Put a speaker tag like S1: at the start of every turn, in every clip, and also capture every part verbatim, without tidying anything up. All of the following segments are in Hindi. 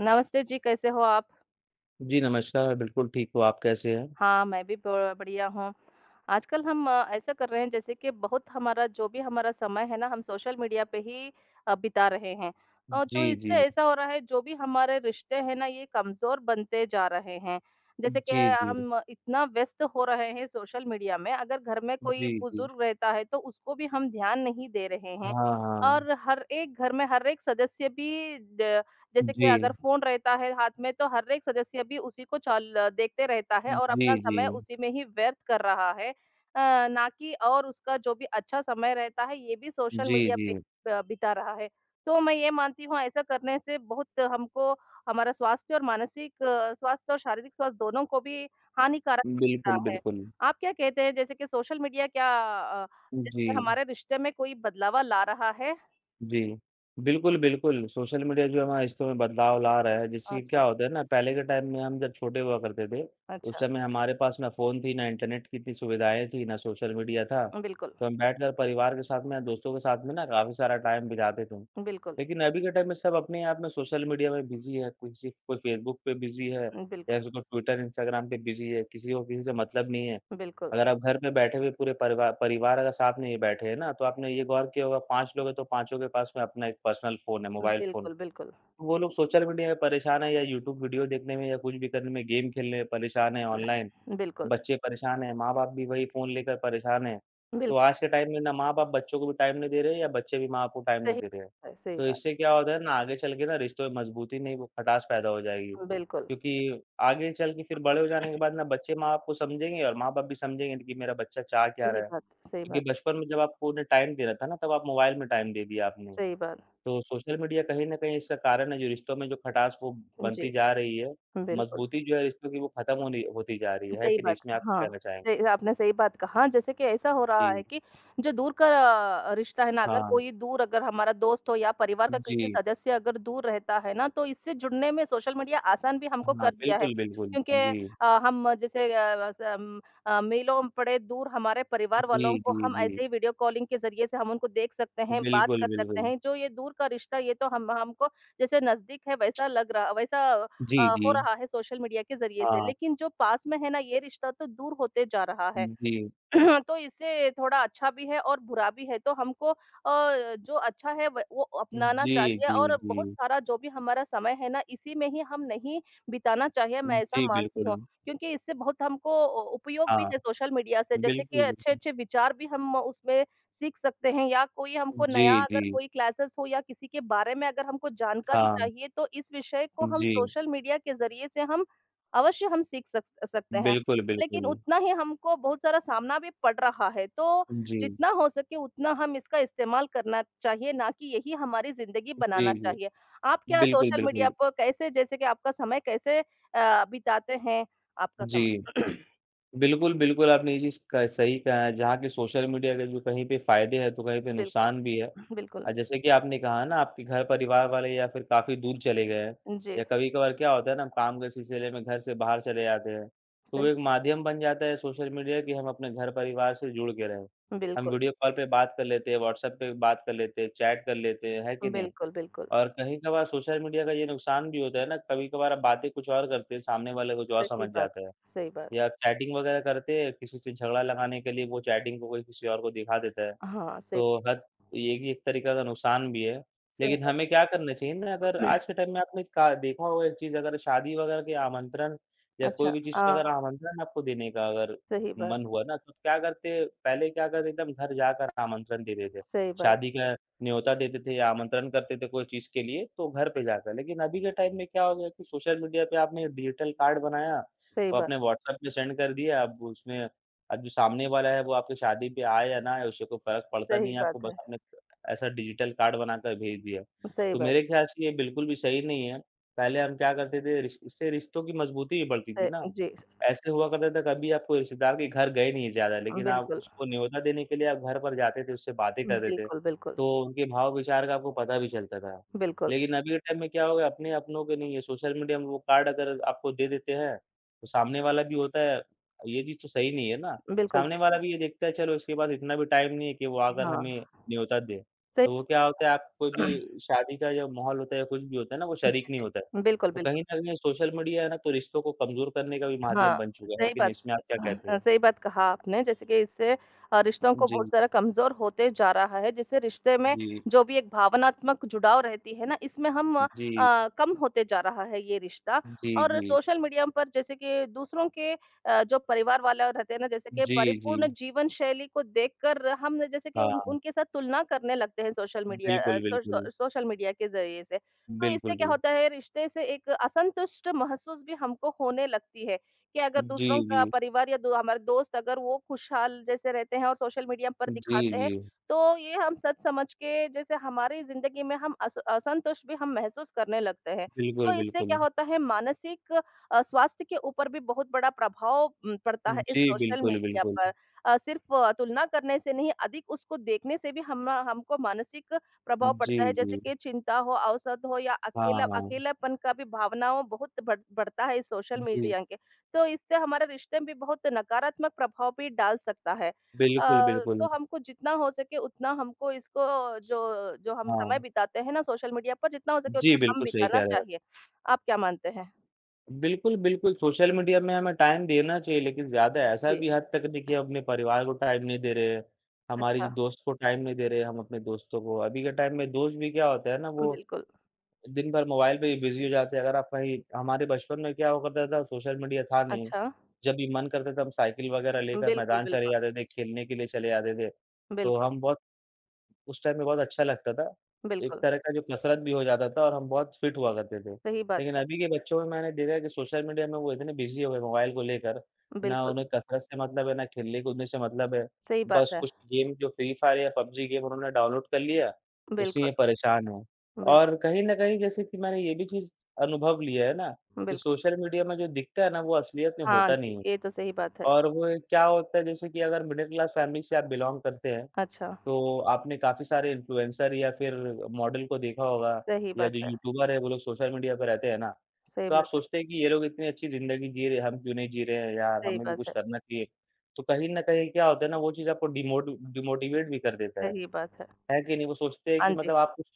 S1: नमस्ते जी, कैसे हो आप?
S2: जी, नमस्कार, बिल्कुल ठीक हूँ, आप कैसे हैं?
S1: हाँ, मैं भी ब बढ़िया हूँ। आजकल हम अ, ऐसा कर रहे हैं जैसे कि बहुत हमारा जो भी हमारा समय है ना, हम सोशल मीडिया पे ही अ, बिता रहे हैं। अ, तो
S2: जी, जी।
S1: इससे ऐसा हो रहा है जो भी हमारे रिश्ते हैं ना, ये कमज़ोर बनते जा रहे हैं। जैसे कि
S2: जी, जी।
S1: हम इतना व्यस्त हो रहे हैं सोशल मीडिया में, अगर घर में कोई
S2: जी, जी।
S1: बुज़ुर्ग रहता है तो उसको भी हम ध्यान नहीं दे रहे
S2: हाँ,
S1: हैं।
S2: हाँ।
S1: और हर एक घर में हर एक सदस्य भी ड जैसे
S2: जी।
S1: कि अगर फ़ोन रहता है हाथ में तो हर एक सदस्य भी उसी को चल देखते रहता है और
S2: जी,
S1: अपना
S2: जी।
S1: समय उसी में ही व्यर्थ कर रहा है। अ, ना कि और उसका जो भी अच्छा समय रहता है ये भी सोशल
S2: जी,
S1: मीडिया पे
S2: जी।
S1: ब बिता रहा है। तो मैं ये मानती हूँ ऐसा करने से बहुत हमको हमारा स्वास्थ्य और मानसिक अ, स्वास्थ्य और शारीरिक स्वास्थ्य दोनों को भी हानिकारक होता
S2: बिल्कुल,
S1: है।
S2: बिल्कुल।
S1: आप क्या कहते हैं जैसे कि सोशल मीडिया क्या अ, जैसे
S2: जी,
S1: कि हमारे रिश्ते में कोई बदलावा ला रहा है?
S2: जी। बिल्कुल, बिल्कुल, सोशल मीडिया जो है हमारे रिश्तों में बदलाव ला रहा है, जिससे
S1: अच्छा,
S2: क्या होता है ना, पहले के टाइम में हम जब छोटे हुआ करते थे, उस
S1: अच्छा।
S2: समय हमारे पास ना फ़ोन थी, ना इंटरनेट की इतनी सुविधाएँ थी, ना सोशल मीडिया था।
S1: बिल्कुल,
S2: तो हम बैठकर परिवार के साथ में या दोस्तों के साथ में ना काफ़ी सारा टाइम बिताते थे।
S1: बिल्कुल।
S2: लेकिन अभी के टाइम में सब अपने आप में सोशल मीडिया में बिज़ी है, कोई किसी कोई फ़ेसबुक पे बिज़ी है,
S1: हुँ,
S2: या
S1: बिल्कुल,
S2: किसी को ट्विटर, इंस्टाग्राम पे बिज़ी है, किसी को किसी से मतलब नहीं है।
S1: बिल्कुल,
S2: अगर आप घर पे बैठे हुए पूरे परिवा परिवार अगर साथ में ही बैठे हैं ना, तो आपने ये गौर किया होगा पाँच लोग हैं तो पाँचों के पास में अपना एक पर्सनल फ़ोन है, मोबाइल फ़ोन।
S1: बिल्कुल, बिल्कुल,
S2: वो लोग सोशल मीडिया में परेशान हैं या यूट्यूब वीडियो देखने में या कुछ भी करने में, गेम खेलने में परेशान हैं ऑनलाइन।
S1: बिल्कुल,
S2: बच्चे परेशान हैं, माँ-बाप भी वही फ़ोन लेकर परेशान हैं। तो
S1: बिल्कुल,
S2: आज के टाइम में ना माँ-बाप बच्चों को भी टाइम नहीं दे रहे हैं या बच्चे भी माँ बाप को टाइम नहीं
S1: सही
S2: दे रहे हैं।
S1: बात है, सही
S2: तो
S1: बात,
S2: इससे क्या होता है ना आगे चल के ना रिश्तों में मजबूती नहीं वो खटास पैदा हो जाएगी।
S1: बिल्कुल,
S2: क्योंकि आगे चल के फिर बड़े हो जाने के बाद ना बच्चे माँ-बाप को समझेंगे और माँ-बाप भी समझेंगे कि मेरा बच्चा चाह क्या
S1: सही
S2: रहा है।
S1: बात, सही बात,
S2: क्योंकि बचपन में जब आपको उन्हें टाइम देना था ना तब आप मोबाइल में टाइम दे दिया आपने।
S1: सही बात।
S2: तो सोशल मीडिया कहीं न कहीं इसका कारण है जो रिश्तों में जो खटास वो
S1: जी,
S2: बनती जा रही है,
S1: बिल्कुल।
S2: मजबूती जो है रिश्तों की वो खत्म होनी होती जा रही है, है
S1: सही
S2: कि नहीं?
S1: बात।
S2: इसमें आप क्या कहना
S1: हाँ,
S2: चाहेंगे?
S1: सही आपने सही बात कहा। जैसे कि ऐसा हो रहा
S2: जी,
S1: है कि जो दूर का अ, रिश्ता है ना, अगर
S2: हाँ,
S1: कोई दूर अगर हमारा दोस्त हो या परिवार का किसी
S2: जी,
S1: सदस्य अगर दूर रहता है ना, तो इससे जुड़ने में सोशल मीडिया आसान भी हमको
S2: हाँ,
S1: कर दिया है।
S2: बिल्कुल, बिल्कुल,
S1: क्योंकि
S2: जी,
S1: अ, हम जैसे अ, स अम, अ, मीलों पड़े दूर हमारे परिवार
S2: जी,
S1: वालों को
S2: जी,
S1: हम
S2: जी,
S1: ऐसे ही वीडियो कॉलिंग के ज़रिए से हम उनको देख सकते हैं, बात
S2: बिल्कुल,
S1: कर
S2: बिल्कुल,
S1: सकते हैं। जो ये दूर का रिश्ता ये तो हम हमको जैसे नज़दीक है वैसा लग रहा वैसा
S2: जी,
S1: अ,
S2: जी,
S1: हो रहा है सोशल मीडिया के ज़रिए से।
S2: हाँ,
S1: लेकिन जो पास में है ना, ये रिश्ता तो दूर होते जा रहा है।
S2: जी,
S1: तो इससे थोड़ा अच्छा भी है और बुरा भी है, तो हमको अ, जो अच्छा है व वो अपनाना
S2: जी,
S1: चाहिए
S2: जी,
S1: और बहुत
S2: जी,
S1: सारा जो भी हमारा समय है ना, इसी में ही हम नहीं बिताना चाहिए, मैं ऐसा
S2: जी,
S1: मानती
S2: बिल्कुल,
S1: हूँ। क्योंकि इससे बहुत हमको अ, उपयोग भी
S2: हाँ,
S1: है सोशल मीडिया से, जैसे कि
S2: बिल्कुल, बिल्कुल,
S1: अच्छे-अच्छे विचार भी हम उसमें सीख सकते हैं या कोई हमको
S2: जी,
S1: नया
S2: जी,
S1: अगर कोई क्लासेस हो या किसी के बारे में अगर हमको जानकारी
S2: हाँ,
S1: चाहिए, तो इस विषय को हम
S2: जी,
S1: सोशल मीडिया के ज़रिए से हम अवश्य हम सीख सक सकते हैं।
S2: बिल्कुल,
S1: लेकिन
S2: बिल्कुल,
S1: उतना ही हमको बहुत सारा सामना भी पड़ रहा है। तो
S2: जी,
S1: जितना हो सके उतना हम इसका इस्तेमाल करना चाहिए, ना कि यही हमारी ज़िंदगी
S2: जी,
S1: बनाना
S2: जी,
S1: चाहिए। आप क्या
S2: बिल्कुल,
S1: सोशल मीडिया
S2: बिल्कुल,
S1: पर कैसे जैसे कि आपका समय कैसे अ, बिताते हैं? आपका
S2: जी।
S1: समय
S2: बिल्कुल, बिल्कुल, आपने ये चीज़ क सही कहा है, जहाँ के सोशल मीडिया के जो कहीं पे फ़ायदे हैं, तो कहीं पे
S1: बिल्कुल,
S2: नुकसान भी है।
S1: बिल्कुल।
S2: अ, जैसे कि आपने कहा ना आपके घर परिवार वाले या फिर काफ़ी दूर चले गए हैं
S1: जी,
S2: या कभी-कभार क्या होता है ना, हम काम के सिलसिले में घर से बाहर चले जाते हैं, तो वो
S1: सही
S2: एक माध्यम बन जाता है सोशल मीडिया कि हम अपने घर परिवार से जुड़ के रहें। हम
S1: बिल्कुल,
S2: वीडियो कॉल पे बात कर लेते हैं, व्हाट्सएप पे बात कर लेते हैं, चैट कर लेते हैं, है कि नहीं?
S1: बिल्कुल, बिल्कुल।
S2: और कहीं-कभार सोशल मीडिया का ये नुकसान भी होता है ना, कभी-कभार आप बातें कुछ और करते हैं, सामने वाले कुछ और
S1: सही
S2: समझ
S1: बात,
S2: जाता है।
S1: सही बात।
S2: या चैटिंग वगैरह करते हैं, किसी से झगड़ा लगाने के लिए वो चैटिंग को कोई किसी और को दिखा देता है।
S1: हाँ, सही
S2: तो हद ये भी एक तरीका का नुकसान भी है।
S1: सही
S2: लेकिन
S1: बात।
S2: हमें क्या करना चाहिए ना अगर आज के टाइम में आपने का देखा होगा एक चीज़ अगर शादी वगैरह के आमंत्रण या कोई
S1: अच्छा,
S2: भी चीज़ का
S1: हाँ,
S2: अगर आमंत्रण आपको देने का अगर
S1: सही बात,
S2: मन हुआ ना तो क्या करते पहले क्या करते एकदम घर जाकर आमंत्रण देते थे।
S1: सही बात,
S2: शादी का न्योता देते थे या आमंत्रण करते थे कोई चीज़ के लिए तो घर पे जाकर। लेकिन अभी के टाइम में क्या हो गया कि सोशल मीडिया पे आपने डिजिटल कार्ड बनाया
S1: सही
S2: और
S1: बात,
S2: अपने व्हाट्सएप पे सेंड कर दिया अब उसमें अब जो सामने वाला है वो आपकी शादी पे आए या ना आए उससे कोई फ़र्क पड़ता नहीं
S1: सही
S2: है आपको
S1: बात
S2: बस
S1: है।
S2: आपने ऐसा डिजिटल कार्ड बनाकर भेज दिया।
S1: सही
S2: तो
S1: बात
S2: मेरे ख़्याल से ये बिल्कुल भी सही नहीं है। पहले हम क्या करते थे रिश इससे रिश्तों की मज़बूती भी बढ़ती थी
S1: है।
S2: ना।
S1: जी,
S2: ऐसे हुआ करता था कभी आपको रिश्तेदार के घर गए नहीं ज़्यादा, लेकिन आप
S1: बिल्कुल।
S2: उसको न्योता देने के लिए आप घर पर जाते थे, उससे बातें करते थे,
S1: बिल्कुल, बिल्कुल।
S2: तो उनके भाव-विचार का आपको पता भी चलता था।
S1: बिल्कुल,
S2: लेकिन अभी के टाइम में क्या हो गया अपने अपनों के नहीं है, सोशल मीडिया में वो कार्ड अगर आपको दे देते हैं, तो सामने वाला भी होता है ये चीज़ तो सही नहीं है ना,
S1: बिल्कुल,
S2: सामने
S1: बिल्कुल,
S2: वाला भी ये देखता है चलो इसके पास इतना भी टाइम नहीं है कि वो आकर हमें
S1: हाँ,
S2: न्योता दे।
S1: सही
S2: तो वो क्या होता है आप कोई भी शादी का जो माहौल होता है या कुछ भी होता है ना, वो
S1: जी,
S2: शरीक नहीं होता है।
S1: जी। बिल्कुल,
S2: तो कहीं
S1: बिल्कुल।
S2: न कहीं सोशल मीडिया है ना, तो रिश्तों को कमज़ोर करने का भी माध्यम
S1: हाँ,
S2: बन चुका है
S1: सही
S2: कि नहीं,
S1: बात
S2: इसमें आप क्या कहते
S1: अ,
S2: हो?
S1: सही बात कहा आपने जैसे कि इससे अ, रिश्तों को
S2: जी,
S1: बहुत सारा कमज़ोर होते जा रहा है, जिससे रिश्ते में
S2: जी,
S1: जो भी एक भावनात्मक जुड़ाव रहती है ना, इसमें हम अ,
S2: जी,
S1: अ, कम होते जा रहा है ये रिश्ता और
S2: जी,
S1: सोशल मीडिया पर जैसे कि दूसरों के अ, जो परिवार वाले रहते हैं ना, जैसे कि
S2: जी, जी, जी।
S1: परिपूर्ण जीवन शैली को देखकर हम जैसे कि उन
S2: हाँ,
S1: उनके साथ तुलना करने लगते हैं सोशल मीडिया अ,
S2: बिल्कुल,
S1: सो
S2: बिल्कुल।
S1: सो सोशल मीडिया के ज़रिए से। तो इससे
S2: बिल्कुल,
S1: क्या
S2: बिल
S1: होता है, रिश्ते से एक असंतुष्ट महसूस भी हमको होने लगती है। कि अगर
S2: जी,
S1: दूसरों का
S2: जी,
S1: परिवार या दो हमारे दोस्त अगर वो खुशहाल जैसे रहते हैं और सोशल मीडिया पर
S2: जी,
S1: दिखाते हैं,
S2: जी।
S1: तो ये हम सच समझ के जैसे हमारी ज़िंदगी में हम अस असंतुष्ट भी हम महसूस करने लगते हैं। तो
S2: बिल्कुल,
S1: इससे
S2: बिल्कुल।
S1: क्या होता है मानसिक अ, स्वास्थ्य के ऊपर भी बहुत बड़ा प्रभाव उम, पड़ता है इस
S2: जी,
S1: सोशल
S2: बिल्कुल,
S1: मीडिया
S2: बिल्कुल।
S1: पर। अ, सिर्फ़ तुलना करने से नहीं, अधिक उसको देखने से भी हम हमको मानसिक प्रभाव
S2: जी,
S1: पड़ता है, जैसे
S2: जी।
S1: कि चिंता हो, अवसाद हो या
S2: हाँ,
S1: अकेला
S2: हाँ।
S1: अकेलापन का भी भावना हो बहुत बढ़ बढ़ता है इस सोशल
S2: जी,
S1: मीडिया के। तो इससे हमारे रिश्ते में भी बहुत नकारात्मक प्रभाव भी डाल सकता है। अ,
S2: बिल्कुल, बिल्कुल।
S1: तो हमको जितना हो सके उतना हमको इसको जो जो हम समय
S2: हाँ।
S1: बिताते हैं ना सोशल मीडिया पर जितना हो सके
S2: जी,
S1: उतना कम
S2: बिल्कुल सही
S1: बिताना
S2: कह रहे हैं आप।
S1: चाहिए। आप क्या मानते हैं?
S2: बिल्कुल, बिल्कुल, सोशल मीडिया में हमें टाइम देना चाहिए लेकिन ज़्यादा ऐसा
S1: जी,
S2: भी हद तक नहीं कि हम अपने परिवार को टाइम नहीं दे रहे हैं, हमारी
S1: अच्छा,
S2: दोस्त को टाइम नहीं दे रहे हैं, हम अपने दोस्तों को। अभी के टाइम में दोस्त भी क्या होता है ना, वो
S1: बिल्कुल।
S2: दिन भर मोबाइल पे ही बिज़ी हो जाते हैं। अगर आप कहीं हमारे बचपन में क्या हुआ करता था, सोशल मीडिया था नहीं।
S1: अच्छा,
S2: जब भी मन करता था, हम साइकिल वगैरह लेकर
S1: बिल्कुल,
S2: मैदान चले
S1: बिल्कुल,
S2: जाते थे, खेलने के लिए चले जाते थे। तो
S1: बिल्कुल,
S2: हम बहुत उस टाइम में बहुत अच्छा लगता था। एक
S1: बिल्कुल,
S2: तरह का जो कसरत भी हो जाता था और हम बहुत फिट हुआ करते थे।
S1: सही बात
S2: लेकिन
S1: है।
S2: अभी के बच्चों में मैंने देखा है कि सोशल मीडिया में वो इतने बिज़ी हो गए मोबाइल को लेकर, ना
S1: बिल्कुल,
S2: उन्हें कसरत से मतलब है, ना खेलने-कूदने से मतलब है।
S1: सही बात
S2: बस
S1: है।
S2: कुछ गेम जो फ्री फायर या पबजी गेम उन्होंने डाउनलोड कर लिया, उसी में
S1: बिल्कुल,
S2: परेशान हैं।
S1: बिल
S2: और कहीं न कहीं जैसे कि मैंने ये भी चीज़ अनुभव लिया है ना कि
S1: बिल्कुल।
S2: सोशल मीडिया में जो दिखता है ना वो असलियत में
S1: हाँ
S2: होता नहीं
S1: जी,
S2: है।
S1: ये तो सही बात है।
S2: और वो क्या होता है जैसे कि अगर मिडिल क्लास फैमिली से आप बिलॉन्ग करते हैं
S1: अच्छा,
S2: तो आपने काफ़ी सारे इन्फ्लुएंसर या फिर मॉडल को देखा होगा
S1: सही
S2: या
S1: बात
S2: जो
S1: है,
S2: यूट्यूबर है वो लोग सोशल मीडिया पे रहते हैं ना,
S1: सही
S2: तो आप
S1: बात है,
S2: सोचते हैं कि ये लोग इतनी अच्छी ज़िंदगी जी रहे हैं, हम क्यों नहीं जी रहे हैं यार,
S1: सही
S2: हमें भी
S1: बात
S2: कुछ
S1: है,
S2: करना चाहिए। तो कहीं न कहीं क्या होता है ना वो चीज़ आपको डिमोट डिमोटिवेट भी कर देता है।
S1: सही बात है।
S2: है कि नहीं? वो सोचते हैं
S1: हाँ
S2: कि
S1: जी।
S2: मतलब आप कुछ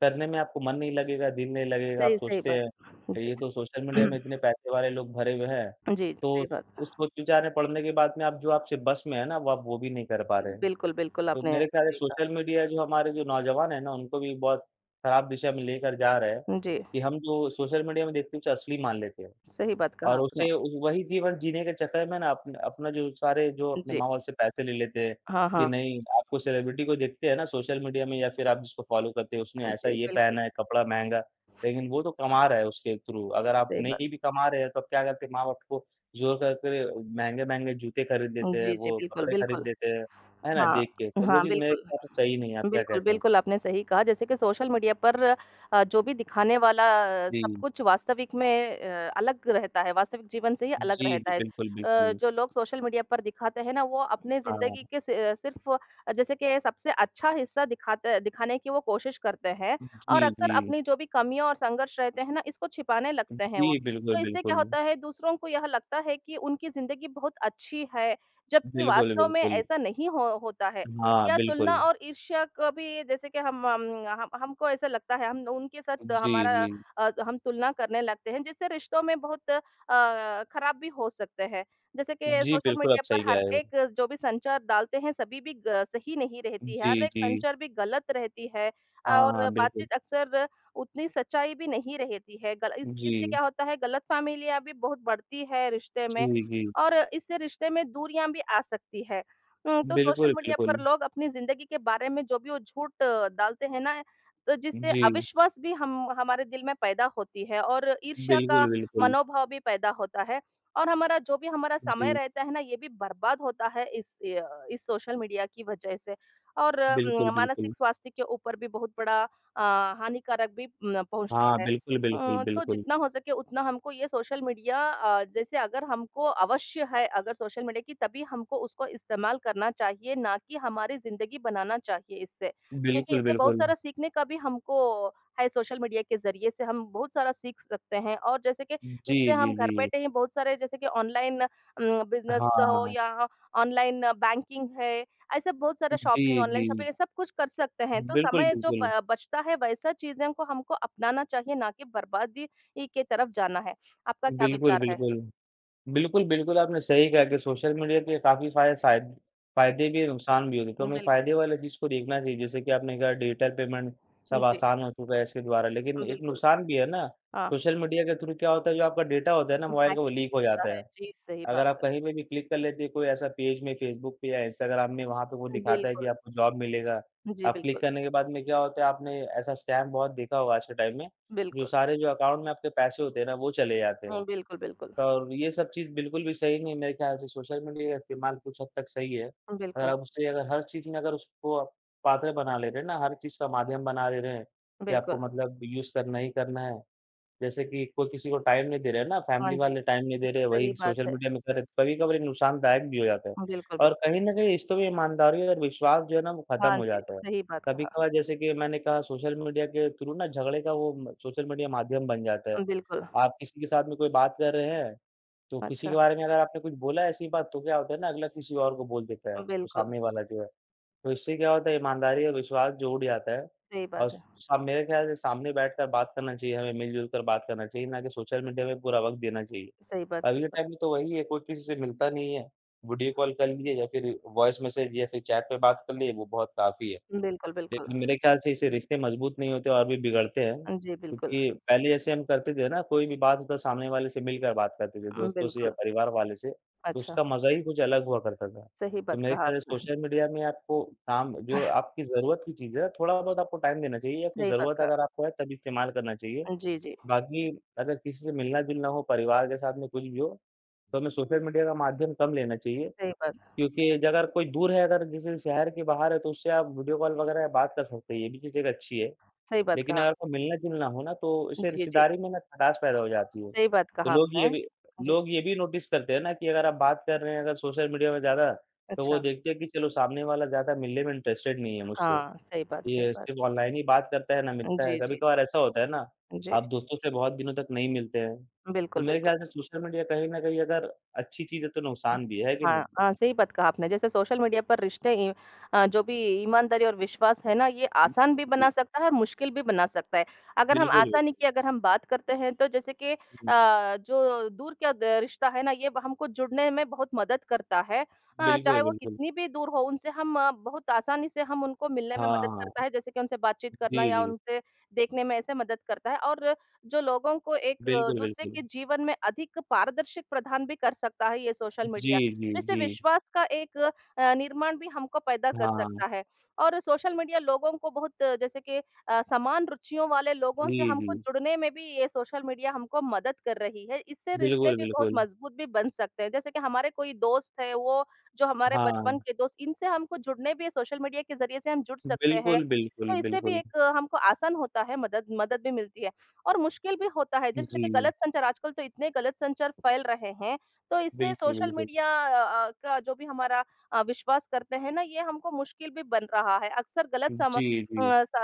S2: करने में आपको मन नहीं लगेगा, दिल नहीं लगेगा, आप
S1: सही, सही
S2: सोचते
S1: बात।
S2: हैं
S1: जी।
S2: ये तो सोशल मीडिया में इतने पैसे वाले लोग भरे हुए हैं,
S1: जी,
S2: तो
S1: सही बात।
S2: उस सोच विचार में पड़ने के बाद में आप जो आपसे बस में है ना, वो आप वो भी नहीं कर पा रहे हैं।
S1: बिल्कुल, बिल्कुल
S2: तो
S1: आपने
S2: मेरे ख्याल से
S1: सही कहा।
S2: सोशल मीडिया जो हमारे जो नौजवान है ना, उनको भी बहुत खराब दिशा में लेकर जा रहा है,
S1: जी,
S2: कि हम जो सोशल मीडिया में देखते हैं उसे असली मान लेते हैं।
S1: सही बात कहा
S2: और
S1: आपने।
S2: उससे वही जीवन जीने के चक्कर में ना अपन अपना जो सारे जो अपने
S1: जी,
S2: माँ-बाप से पैसे ले लेते हैं,
S1: हाँ,
S2: कि
S1: हाँ।
S2: नहीं आपको सेलिब्रिटी को देखते हैं ना सोशल मीडिया में या फिर आप जिसको फॉलो करते हो उसने ऐसा
S1: जी,
S2: ये
S1: बिल्कुल,
S2: पहना है, कपड़ा महँगा, लेकिन वो तो कमा रहा है उसके थ्रू। अगर आप
S1: सही बात।
S2: नहीं भी कमा रहे हैं तो आप क्या करते हैं माँ-बाप को ज़ोर करके महँगे-महँगे जूते खरीद देते हैं,
S1: जी, जी,
S2: वो
S1: बिल्कुल,
S2: कपड़े खरीद
S1: बिल्कुल।
S2: देते हैं, है ना?
S1: हाँ,
S2: देख के, तो वो
S1: हाँ,
S2: चीज़ मेरे
S1: बिल्कुल।
S2: हिसाब से सही नहीं है, आप क्या
S1: बिल्कुल,
S2: कहते हैं?
S1: बिल्कुल, आपने सही कहा। जैसे कि सोशल मीडिया पर अ, जो भी दिखाने वाला अ, सब
S2: जी।
S1: कुछ वास्तविक में अ, अलग रहता है, वास्तविक जीवन से ही अलग
S2: जी, जी,
S1: रहता है।
S2: बिल्कुल,
S1: अ,
S2: बिल्कुल।
S1: जो लोग सोशल मीडिया पर दिखाते हैं ना, वो अपने
S2: हाँ।
S1: ज़िंदगी के सि सिर्फ़ जैसे कि सबसे अच्छा हिस्सा दिखाते दिखाने की वो कोशिश करते हैं
S2: जी,
S1: और अक्सर
S2: जी।
S1: अपनी जो भी कमियाँ और संघर्ष रहते हैं ना, इसको छिपाने लगते हैं
S2: जी,
S1: वो।
S2: बिल्कुल,
S1: तो इससे क्या
S2: बिल्कुल।
S1: होता है, दूसरों को यह लगता है कि उनकी ज़िंदगी बहुत अच्छी है, जबकि
S2: बिल्कुल,
S1: वास्तव में
S2: बिल्कुल।
S1: ऐसा नहीं हो होता है।
S2: हाँ,
S1: या तुलना
S2: बिल्कुल।
S1: और ईर्ष्या कभी जैसे कि हम अम, हम हमको ऐसा लगता है हम उनके साथ
S2: जी,
S1: हमारा
S2: जी।
S1: अ, हम तुलना करने लगते हैं जिससे रिश्तों में बहुत अ, खराब भी हो सकते हैं। जैसे कि
S2: जी,
S1: सोशल
S2: बिल्कुल, आप
S1: मीडिया पर
S2: सही
S1: हर
S2: कह रहे हो।
S1: एक जो भी संचार डालते हैं सभी भी ग सही नहीं रहती है।
S2: जी,
S1: हर एक
S2: जी।
S1: संचार भी गलत रहती है
S2: हाँ, हाँ,
S1: और
S2: बिल्कुल।
S1: बातचीत अक्सर उतनी सच्चाई भी नहीं रहती है। गल इस इससे
S2: जी,
S1: क्या होता है गलतफ़हमियाँ भी बहुत बढ़ती है रिश्ते में
S2: जी, जी।
S1: और इससे रिश्ते में दूरियाँ भी आ सकती है। हुँ, तो सोशल
S2: बिल्कुल,
S1: मीडिया
S2: बिल्कुल।
S1: पर लोग अपनी ज़िंदगी के बारे में जो भी वो झूठ अ, डालते हैं ना, तो जिससे
S2: जी,
S1: अविश्वास भी हम हमारे दिल में पैदा होती है और ईर्ष्या का
S2: बिल्कुल, बिल्कुल।
S1: मनोभाव भी पैदा होता है और हमारा जो भी हमारा समय
S2: जी,
S1: रहता है ना, ये भी बर्बाद होता है इस अ, इस सोशल मीडिया की वजह से और उम,
S2: बिल्कुल, बिल्कुल।
S1: मानसिक स्वास्थ्य के ऊपर भी बहुत बड़ा अ, हानिकारक भी उम, पहुँचता
S2: हाँ,
S1: है।
S2: बिल्कुल, बिल्कुल,
S1: अ, तो
S2: बिल्कुल।
S1: जितना हो सके उतना हमको ये सोशल मीडिया अ, जैसे अगर हमको अवश्य है अगर सोशल मीडिया की तभी हमको उसको इस्तेमाल करना चाहिए, ना कि हमारी ज़िंदगी बनाना चाहिए इससे। क्योंकि
S2: बिल्कुल,
S1: इससे बहुत
S2: बिल्कुल।
S1: सारा सीखने का भी हमको है सोशल मीडिया के ज़रिए से हम बहुत सारा सीख सकते हैं और जैसे कि
S2: जी,
S1: इससे
S2: जी,
S1: हम घर
S2: जी।
S1: बैठे ही बहुत सारे जैसे कि ऑनलाइन उम, बिज़नेस हो
S2: हाँ।
S1: या ऑनलाइन बैंकिंग है ऐसा बहुत सारा
S2: जी,
S1: शॉपिंग, ऑनलाइन
S2: जी।
S1: शॉपिंग ये सब कुछ कर सकते हैं। तो
S2: बिल्कुल,
S1: समय जो
S2: बिल्कुल।
S1: ब बचता है वैसा चीज़ें को हमको अपनाना चाहिए ना कि बर्बादी ही के तरफ जाना है। आपका क्या
S2: बिल्कुल,
S1: विचार है?
S2: बिल्कुल। बिल्कुल, बिल्कुल, आपने सही कहा कि सोशल मीडिया के काफ़ी फाय शायद फ़ायदे भी हैं, नुकसान भी होते हैं, तो
S1: हुँ,
S2: हमें
S1: बिल्कुल।
S2: फ़ायदे वाला चीज़ को देखना चाहिए, जैसे कि आपने कहा डिजिटल पेमेंट सब
S1: जी,
S2: आसान हो चुका है इसके द्वारा, लेकिन एक
S1: बिल्कुल।
S2: नुकसान भी है ना।
S1: हाँ,
S2: सोशल मीडिया के थ्रू क्या होता है, जो आपका डेटा होता है ना मोबाइल का, वो
S1: हैकिंग
S2: लीक हो जाता
S1: होता है।
S2: है।
S1: जी, सही
S2: अगर
S1: बात
S2: आप
S1: है।
S2: कहीं पे भी क्लिक कर लेते हैं, कोई ऐसा पेज में फ़ेसबुक पे या इंस्टाग्राम में, वहाँ पे वो दिखाता है कि
S1: बिल्कुल।
S2: आपको जॉब मिलेगा।
S1: जी,
S2: आप क्लिक
S1: बिल्कुल,
S2: करने के बाद में क्या होता है, आपने ऐसा स्कैम बहुत देखा होगा आज के टाइम में, जो
S1: बिल्कुल।
S2: सारे जो अकाउंट में आपके पैसे होते हैं ना, वो चले जाते हैं।
S1: हुँ, बिल्कुल, बिल्कुल।
S2: और ये सब चीज़ बिल्कुल भी सही नहीं है। मेरे ख्याल से सोशल मीडिया का इस्तेमाल कुछ हद तक सही है। अगर
S1: बिल्कुल,
S2: आप उससे अगर हर चीज़ में अगर उसको आप पात्र बना ले रहे हैं ना, हर चीज़ का माध्यम बना ले रहे हैं कि आपको
S1: बिल्कुल।
S2: मतलब यूज़ करना ही करना है। जैसे कि कोई किसी को टाइम नहीं दे रहा है ना,
S1: हाँ
S2: फैमिली
S1: जी,
S2: वाले टाइम नहीं दे रहे हैं,
S1: सही
S2: वही
S1: बात
S2: सोशल
S1: है।
S2: मीडिया में कर रहे हैं, कभी-कभार ये नुकसानदायक भी हो जाता है।
S1: बिल्कुल,
S2: और
S1: बिल्कुल।
S2: कहीं न कहीं रिश्तों में ईमानदारी और विश्वास जो है ना, वो ख़त्म
S1: हाँ
S2: हो
S1: जी,
S2: जाता है।
S1: सही बात कहा।
S2: कभी-कभार जैसे कि मैंने कहा सोशल मीडिया के थ्रू ना झगड़े का वो म सोशल मीडिया माध्यम बन जाता है।
S1: बिल्कुल।
S2: आप किसी के साथ में कोई बात कर रहे हैं, तो किसी के
S1: अच्छा,
S2: बारे में अगर आपने कुछ बोला ऐसी बात तो क्या होता है ना अगला किसी और को बोल देता है, तो
S1: बिल्कुल।
S2: सामने वाला जो है। तो इससे क्या होता है ईमानदारी और विश्वास जो उड़ जाता है।
S1: सही
S2: और
S1: बात है।
S2: सा मेरे ख़्याल से सामने बैठकर बात करना चाहिए हमें, मिल-जुल कर बात करना चाहिए, ना कि सोशल मीडिया में पूरा वक़्त देना चाहिए।
S1: सही बात,
S2: अभी
S1: सही
S2: के
S1: बात।
S2: टाइम में तो वही है, कोई किसी से मिलता नहीं है, वीडियो कॉल कर लिए या फिर वॉइस मैसेज या फिर चैट पे बात कर लिए, वो बहुत काफ़ी है।
S1: बिल्कुल, बिल्कुल।
S2: लेकिन मेरे ख्याल से इससे रिश्ते मजबूत नहीं होते और भी बिगड़ते हैं,
S1: जी, बिल्कुल।
S2: क्योंकि पहले जैसे हम करते थे ना कोई भी बात हो तो सामने वाले से मिलकर बात करते थे,
S1: उम,
S2: दोस्तों से या
S1: बिल्कुल।
S2: परिवार वाले से, तो
S1: अच्छा,
S2: उसका मज़ा ही कुछ अलग हुआ करता था।
S1: सही
S2: तो
S1: बात
S2: मेरे
S1: कहा
S2: ख्याल से
S1: आपने,
S2: सोशल मीडिया में आपको काम जो आपकी ज़रूरत की चीज़ है, थोड़ा बहुत आपको टाइम देना चाहिए या कुछ
S1: सही बात
S2: ज़रूरत
S1: कहा।
S2: अगर आपको है तब इस्तेमाल करना चाहिए।
S1: जी, जी,
S2: बाकी अगर किसी से मिलना-जुलना हो, परिवार के साथ में कुछ भी हो, तो हमें सोशल मीडिया का माध्यम कम लेना चाहिए।
S1: सही बात
S2: क्योंकि अगर कोई दूर है अगर जैसे शहर के बाहर है तो उससे आप वीडियो कॉल वगैरह बात कर सकते हैं, ये भी चीज़ एक अच्छी है।
S1: सही बात
S2: लेकिन अगर
S1: कहा।
S2: कोई मिलना-जुलना हो ना तो इससे
S1: जी, जी,
S2: रिश्तेदारी में ना खटास पैदा हो जाती है।
S1: सही बात
S2: तो
S1: कहा
S2: लोग
S1: आपने।
S2: ये भी
S1: जी,
S2: लोग ये भी नोटिस करते हैं ना कि अगर आप बात कर रहे हैं अगर सोशल मीडिया में ज़्यादा, तो
S1: अच्छा,
S2: वो देखते हैं कि चलो सामने वाला ज़्यादा मिलने में इंटरेस्टेड नहीं है मुझसे।
S1: हाँ, सही बात सही
S2: ये
S1: बात।
S2: सिर्फ़ ऑनलाइन ही बात करता है ना मिलता है,
S1: जी, जी,
S2: कभी-कभार ऐसा होता है ना,
S1: जी,
S2: आप दोस्तों से बहुत दिनों तक नहीं मिलते हैं। तो
S1: बिल्कुल,
S2: मेरे
S1: बिल्कुल।
S2: ख्याल से सोशल मीडिया कहीं न कहीं अगर अच्छी चीज़ है तो
S1: अ,
S2: नुकसान भी है, है कि नहीं?
S1: हाँ, अ, सही बात कहा आपने। जैसे सोशल मीडिया पर रिश्ते इ अ, जो भी ईमानदारी और विश्वास है ना, ये
S2: हुँ,
S1: आसान भी
S2: जी।
S1: बना सकता है और मुश्किल भी बना सकता है। अगर हम
S2: बिल्कुल,
S1: आसानी
S2: बिल्कुल।
S1: की अगर हम बात करते हैं, तो जैसे कि
S2: हुँ,
S1: अ, जो दूर का द रिश्ता है ना, ये ब हमको जुड़ने में बहुत मदद करता है। अ, चाहे
S2: बिल्कुल,
S1: वो
S2: बिल्कुल।
S1: कितनी भी दूर हो, उनसे हम अ, बहुत आसानी से हम उनको मिलने
S2: हाँ,
S1: में मदद
S2: हाँ। हाँ।
S1: करता है, जैसे कि उनसे बातचीत
S2: जी,
S1: करना या
S2: जी।
S1: उनसे देखने में ऐसे मदद करता है और जो लोगों को एक अ,
S2: बिल्कुल,
S1: दूसरे
S2: बिल्कुल।
S1: के जीवन में अधिक पारदर्शिक प्रदान भी कर सकता है ये सोशल मीडिया।
S2: जी, जी,
S1: जैसे
S2: जी।
S1: विश्वास का एक अ, निर्माण भी हमको पैदा कर
S2: हाँ।
S1: सकता है और सोशल मीडिया लोगों को बहुत अ, जैसे कि अ, समान रुचियों वाले लोगों
S2: जी,
S1: से
S2: जी।
S1: हमको जुड़ने में भी ये सोशल मीडिया हमको मदद कर रही है। इससे रिश्ते
S2: बिल्कुल,
S1: भी बहुत
S2: बिल्कुल।
S1: मजबूत भी बन सकते हैं। जैसे कि हमारे कोई दोस्त है, वो जो हमारे बचपन
S2: हाँ।
S1: के दोस्त, इनसे हमको जुड़ने भी सोशल मीडिया के ज़रिए से हम जुड़ सकते हैं।
S2: बिल्कुल, बिल्कुल,
S1: तो इससे भी
S2: बिल्कुल।
S1: एक अ, हमको आसान होता है, मदद मदद भी मिलती है। और मुश्किल भी होता है जैसे कि
S2: जी।
S1: गलत संचार आजकल तो इतने गलत संचार फैल रहे हैं, तो इससे
S2: बिल्कुल,
S1: सोशल
S2: बिल्कुल।
S1: मीडिया अ अ, का जो भी हमारा अ, विश्वास करते हैं ना, ये हमको मुश्किल भी बन रहा है। अक्सर गलत सम
S2: जी,
S1: अ,
S2: जी।
S1: स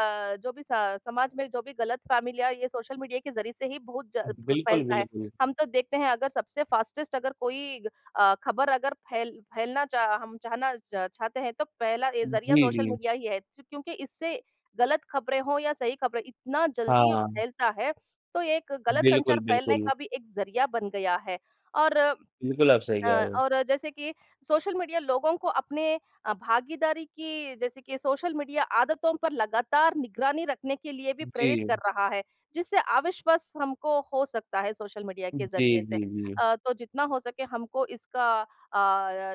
S1: जो भी स समाज में जो भी गलतफ़हमी या ये सोशल मीडिया के ज़रिए से ही बहुत ज फ
S2: बिल्कुल,
S1: फैलता है।
S2: बिल्कुल।
S1: हम तो देखते हैं अगर सबसे फ़ास्टेस्ट अगर कोई अ, खबर अगर फैल फैलना चाह हम चाहना च चाहते हैं तो पहला ये ज़रिया
S2: जी,
S1: सोशल
S2: जी।
S1: मीडिया ही है। क्योंकि इससे गलत खबरें हों या सही खबरें, इतना जल्दी
S2: हाँ।
S1: फैलता है तो ये एक गलत संचार
S2: बिल्कुल,
S1: फैलने
S2: बिल्कुल।
S1: का भी एक ज़रिया बन गया है और
S2: बिल्कुल, आप सही कह
S1: अ,
S2: रहे हो।
S1: और जैसे कि सोशल मीडिया लोगों को अपने अ, भागीदारी की जैसे कि सोशल मीडिया आदतों पर लगातार निगरानी रखने के लिए भी
S2: जी।
S1: प्रेरित कर रहा है, जिससे अविश्वास हमको हो सकता है सोशल मीडिया के
S2: जी,
S1: ज़रिए से।
S2: जी, जी।
S1: अ, तो जितना हो सके हमको इसका अ,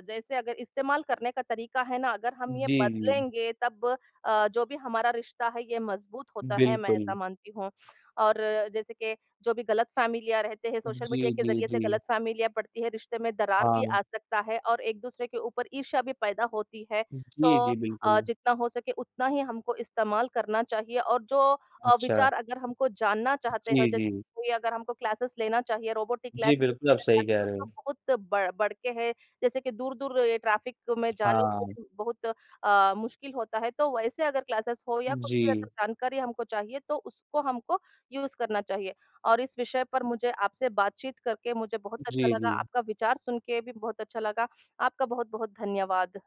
S1: जैसे अगर इस्तेमाल करने का तरीका है ना, अगर हम ये
S2: जी, जी।
S1: बदलेंगे तब अ, जो भी हमारा रिश्ता है ये मज़बूत होता है, मैं ऐसा
S2: बिल्कुल।
S1: मानती हूँ। और जैसे कि जो भी गलतफ़हमी लिया रहते हैं, सोशल
S2: जी,
S1: मीडिया के
S2: जी,
S1: ज़रिए से
S2: जी।
S1: गलतफ़हमियाँ बढ़ती है, रिश्ते में दरार भी
S2: हाँ।
S1: आ सकता है और एक-दूसरे के ऊपर ईर्ष्या भी पैदा होती है। तो
S2: जी, जी,
S1: अ,
S2: बिल्कुल।
S1: जितना हो सके उतना ही हमको इस्तेमाल करना चाहिए और जो अ,
S2: अच्छा।
S1: विचार अगर हमको जानना चाहते हैं,
S2: जी,
S1: जैसे
S2: जी।
S1: कोई अगर हमको क्लासेस लेना चाहिए, रोबोटिक
S2: जी,
S1: क्लास
S2: बिल्कुल, आप सही कह
S1: आजकल
S2: रहे हो।
S1: तो बहुत बढ़ बढ़ के है, जैसे कि दूर-दूर ये ट्रैफ़िक में जाने के
S2: हाँ,
S1: लिए बहुत अ, मुश्किल होता है, तो वैसे अगर क्लासेस हो या कुछ
S2: जी।
S1: भी अगर जानकारी हमको चाहिए, तो उसको हमको यूज़ करना चाहिए। और इस विषय पर मुझे आपसे बातचीत करके मुझे बहुत
S2: जी,
S1: अच्छा लगा,
S2: जी।
S1: आपका विचार सुन के भी बहुत अच्छा लगा। आपका बहुत-बहुत धन्यवाद।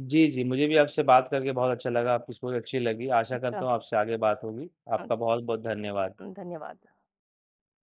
S2: जी, जी, मुझे भी आपसे बात करके बहुत अच्छा लगा, आपकी सोच अच्छी लगी। आशा करता
S1: अच्छा,
S2: हूँ आपसे आगे बात होगी।
S1: हुँ,
S2: आपका बहुत-बहुत धन्यवाद।
S1: हुँ, धन्यवाद।